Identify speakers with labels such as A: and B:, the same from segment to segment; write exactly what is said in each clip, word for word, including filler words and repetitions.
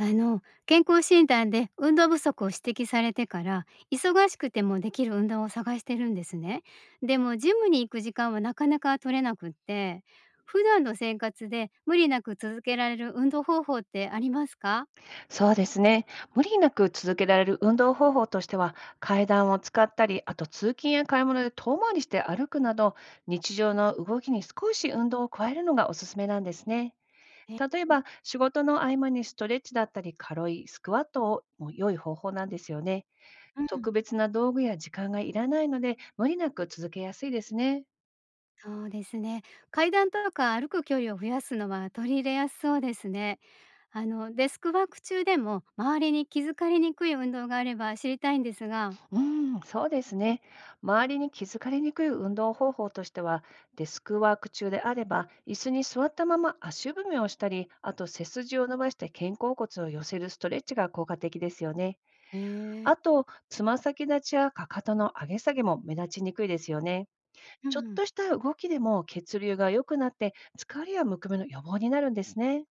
A: あの、健康診断で運動不足を指摘されてから、忙しくてもできる運動を探してるんですね。でもジムに行く時間はなかなか取れなくって、普段の生活で無理なく続けられる運動方法ってありますか？
B: そうですね。無理なく続けられる運動方法としては、階段を使ったり、あと通勤や買い物で遠回りして歩くなど、日常の動きに少し運動を加えるのがおすすめなんですね。
A: え、
B: 例えば、仕事の合間にストレッチだったり、軽いスクワットをも良い方法なんですよね。
A: うん、
B: 特別な道具や時間がいらないので、無理なく続けやすいですね。
A: そうですね。階段とか歩く距離を増やすのは取り入れやすそうですね。あの、デスクワーク中でも周りに気づかれにくい運動があれば知りたいんですが。
B: うん、そうですね。周りに気づかれにくい運動方法としては、デスクワーク中であれば、椅子に座ったまま足踏みをしたり、あと背筋を伸ばして肩甲骨を寄せるストレッチが効果的ですよね。
A: へえ
B: あ
A: ー、
B: と、つま先立ちやかかとの上げ下げも目立ちにくいですよね。
A: う
B: ちょっ
A: ん。
B: とした動きでも血流が良くなって、疲れやむくみの予防になるんですね。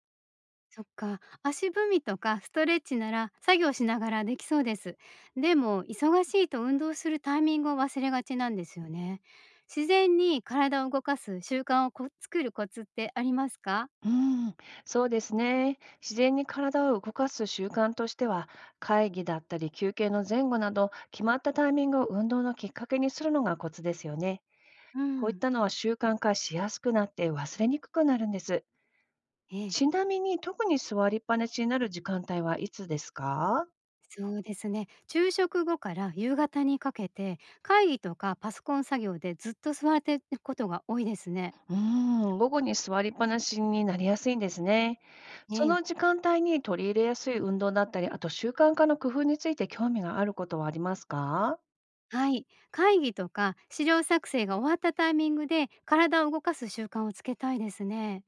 A: そっか、足踏みとかストレッチなら作業しながらできそうです。でも、忙しいと運動するタイミングを忘れがちなんですよね。自然に体を動かす習慣をこ作るコツってありますか？
B: うん、そうですね。自然に体を動かす習慣としては、会議だったり休憩の前後など、決まったタイミングを運動のきっかけにするのがコツですよね。
A: う
B: こういっ
A: ん、
B: たのは習慣化しやすくなって忘れにくくなるんです。
A: ええ、
B: ちなみに、特に座りっぱなしになる時間帯はいつですか？
A: そうですね。昼食後から夕方にかけて、会議とかパソコン作業でずっと座ってることが多いですね。
B: うーん、午後に座りっぱなしになりやすいんですね。その時間帯に取り入れやすい運動だったり、あと習慣化の工夫について興味があることはありますか？
A: はい。会議とか資料作成が終わったタイミングで体を動かす習慣をつけたいですね。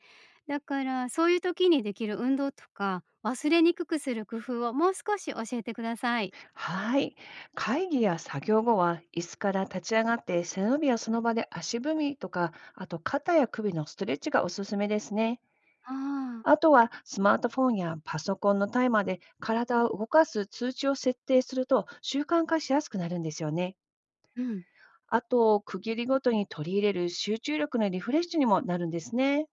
A: だから、そういう時にできる運動とか忘れにくくする工夫をもう少し教えてください。
B: はい。会議や作業後は、椅子から立ち上がって背伸びやその場で足踏みとか、あと肩や首のストレッチがおすすめですね。
A: ああ、
B: あとはスマートフォンやパソコンのタイマーで体を動かす通知を設定すると習慣化しやすくなるんですよね。
A: うん。
B: あと、区切りごとに取り入れる集中力のリフレッシュにもなるんですね。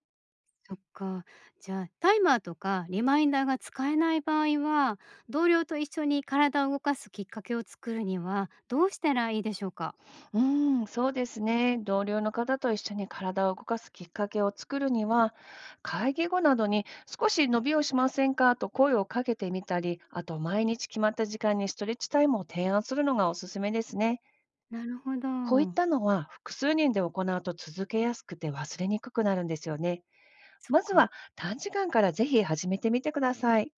A: そっか。じゃあタイマーとかリマインダーが使えない場合は、同僚と一緒に体を動かすきっかけを作るにはどうしたらいいでしょうか？
B: うん、そうですね。同僚の方と一緒に体を動かすきっかけを作るには、会議後などに少し伸びをしませんかと声をかけてみたり、あと毎日決まった時間にストレッチタイムを提案するのがおすすめですね。
A: なるほ
B: こういっ
A: ど。
B: たのは複数人で行うと続けやすくて忘れにくくなるんですよね。
A: そっ
B: まず
A: か。
B: は短時間からぜひ始めてみてください。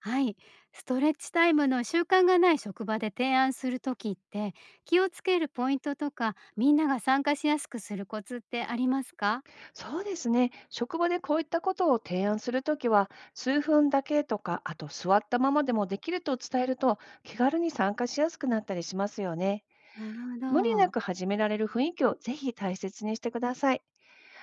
A: はい、ストレッチタイムの習慣がない職場で提案するときって、気をつけるポイントとかみんなが参加しやすくするコツってありますか？
B: そうですね。職場でこういったことを提案するときは、数分だけとか、あと座ったままでもできると伝えると、気軽に参加しやすくなったりしますよね。
A: なるほ
B: 無理な
A: ど。
B: く始められる雰囲気をぜひ大切にしてください。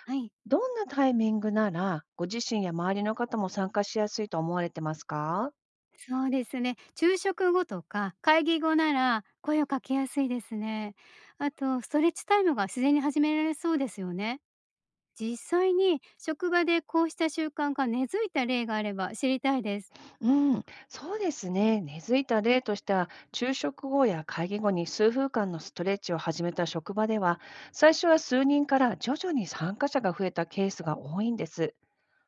A: はい、
B: どんなタイミングなら、ご自身や周りの方も参加しやすいと思われてますか？
A: そうですね。昼食後とか会議後なら声をかけやすいですね。あとストレッチタイムが自然に始められそうですよね。実際に職場でこうした習慣が根付いた例があれば知りたいです。
B: うん、そうですね。根付いた例としては、昼食後や会議後に数分間のストレッチを始めた職場では、最初は数人から徐々に参加者が増えたケースが多いんです。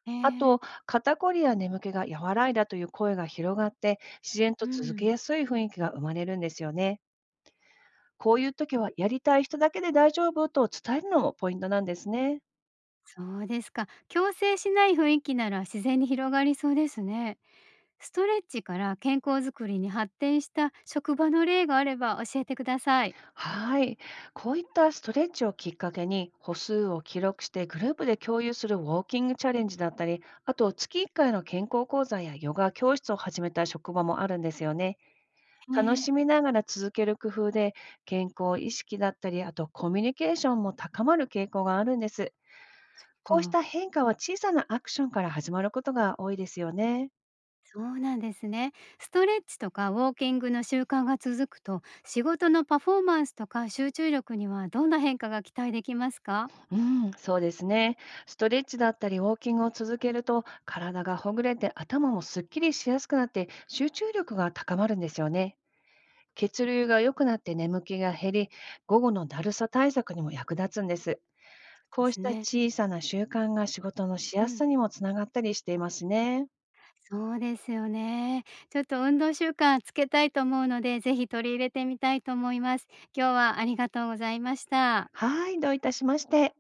A: え
B: あ
A: ー、
B: と、肩こりや眠気が和らいだという声が広がって、自然
A: う
B: と続け
A: ん。
B: やすい雰囲気が生まれるんですよね。こういう時は、やりたい人だけで大丈夫と伝えるのもポイントなんですね。
A: そうですか。強制しない雰囲気なら自然に広がりそうですね。ストレッチから健康づくりに発展した職場の例があれば教えてください。
B: はい。こういったストレッチをきっかけに、歩数を記録してグループで共有するウォーキングチャレンジだったり、あと月いっかいの健康講座やヨガ教室を始めた職場もあるんですよね。楽
A: ねえ、
B: しみながら続ける工夫で、健康意識だったり、あとコミュニケーションも高まる傾向があるんです。
A: そっ
B: こうし
A: か。
B: た変化は小さなアクションから始まることが多いですよね。
A: そうなんですね。ストレッチとかウォーキングの習慣が続くと、仕事のパフォーマンスとか集中力にはどんな変化が期待できますか？
B: うん、そうですね。ストレッチだったりウォーキングを続けると体がほぐれて頭もすっきりしやすくなって集中力が高まるんですよね。血流が良くなって眠気が減り、午後のだるさ対策にも役立つんです。こ
A: で
B: うし
A: す
B: た
A: ね。
B: 小さな習慣が仕事のし
A: う
B: やす
A: ん。
B: さにもつながったりしていますね。
A: そうですよね。ちょっと運動習慣つけたいと思うので、ぜひ取り入れてみたいと思います。今日はありがとうございました。
B: はい、どういたしまして。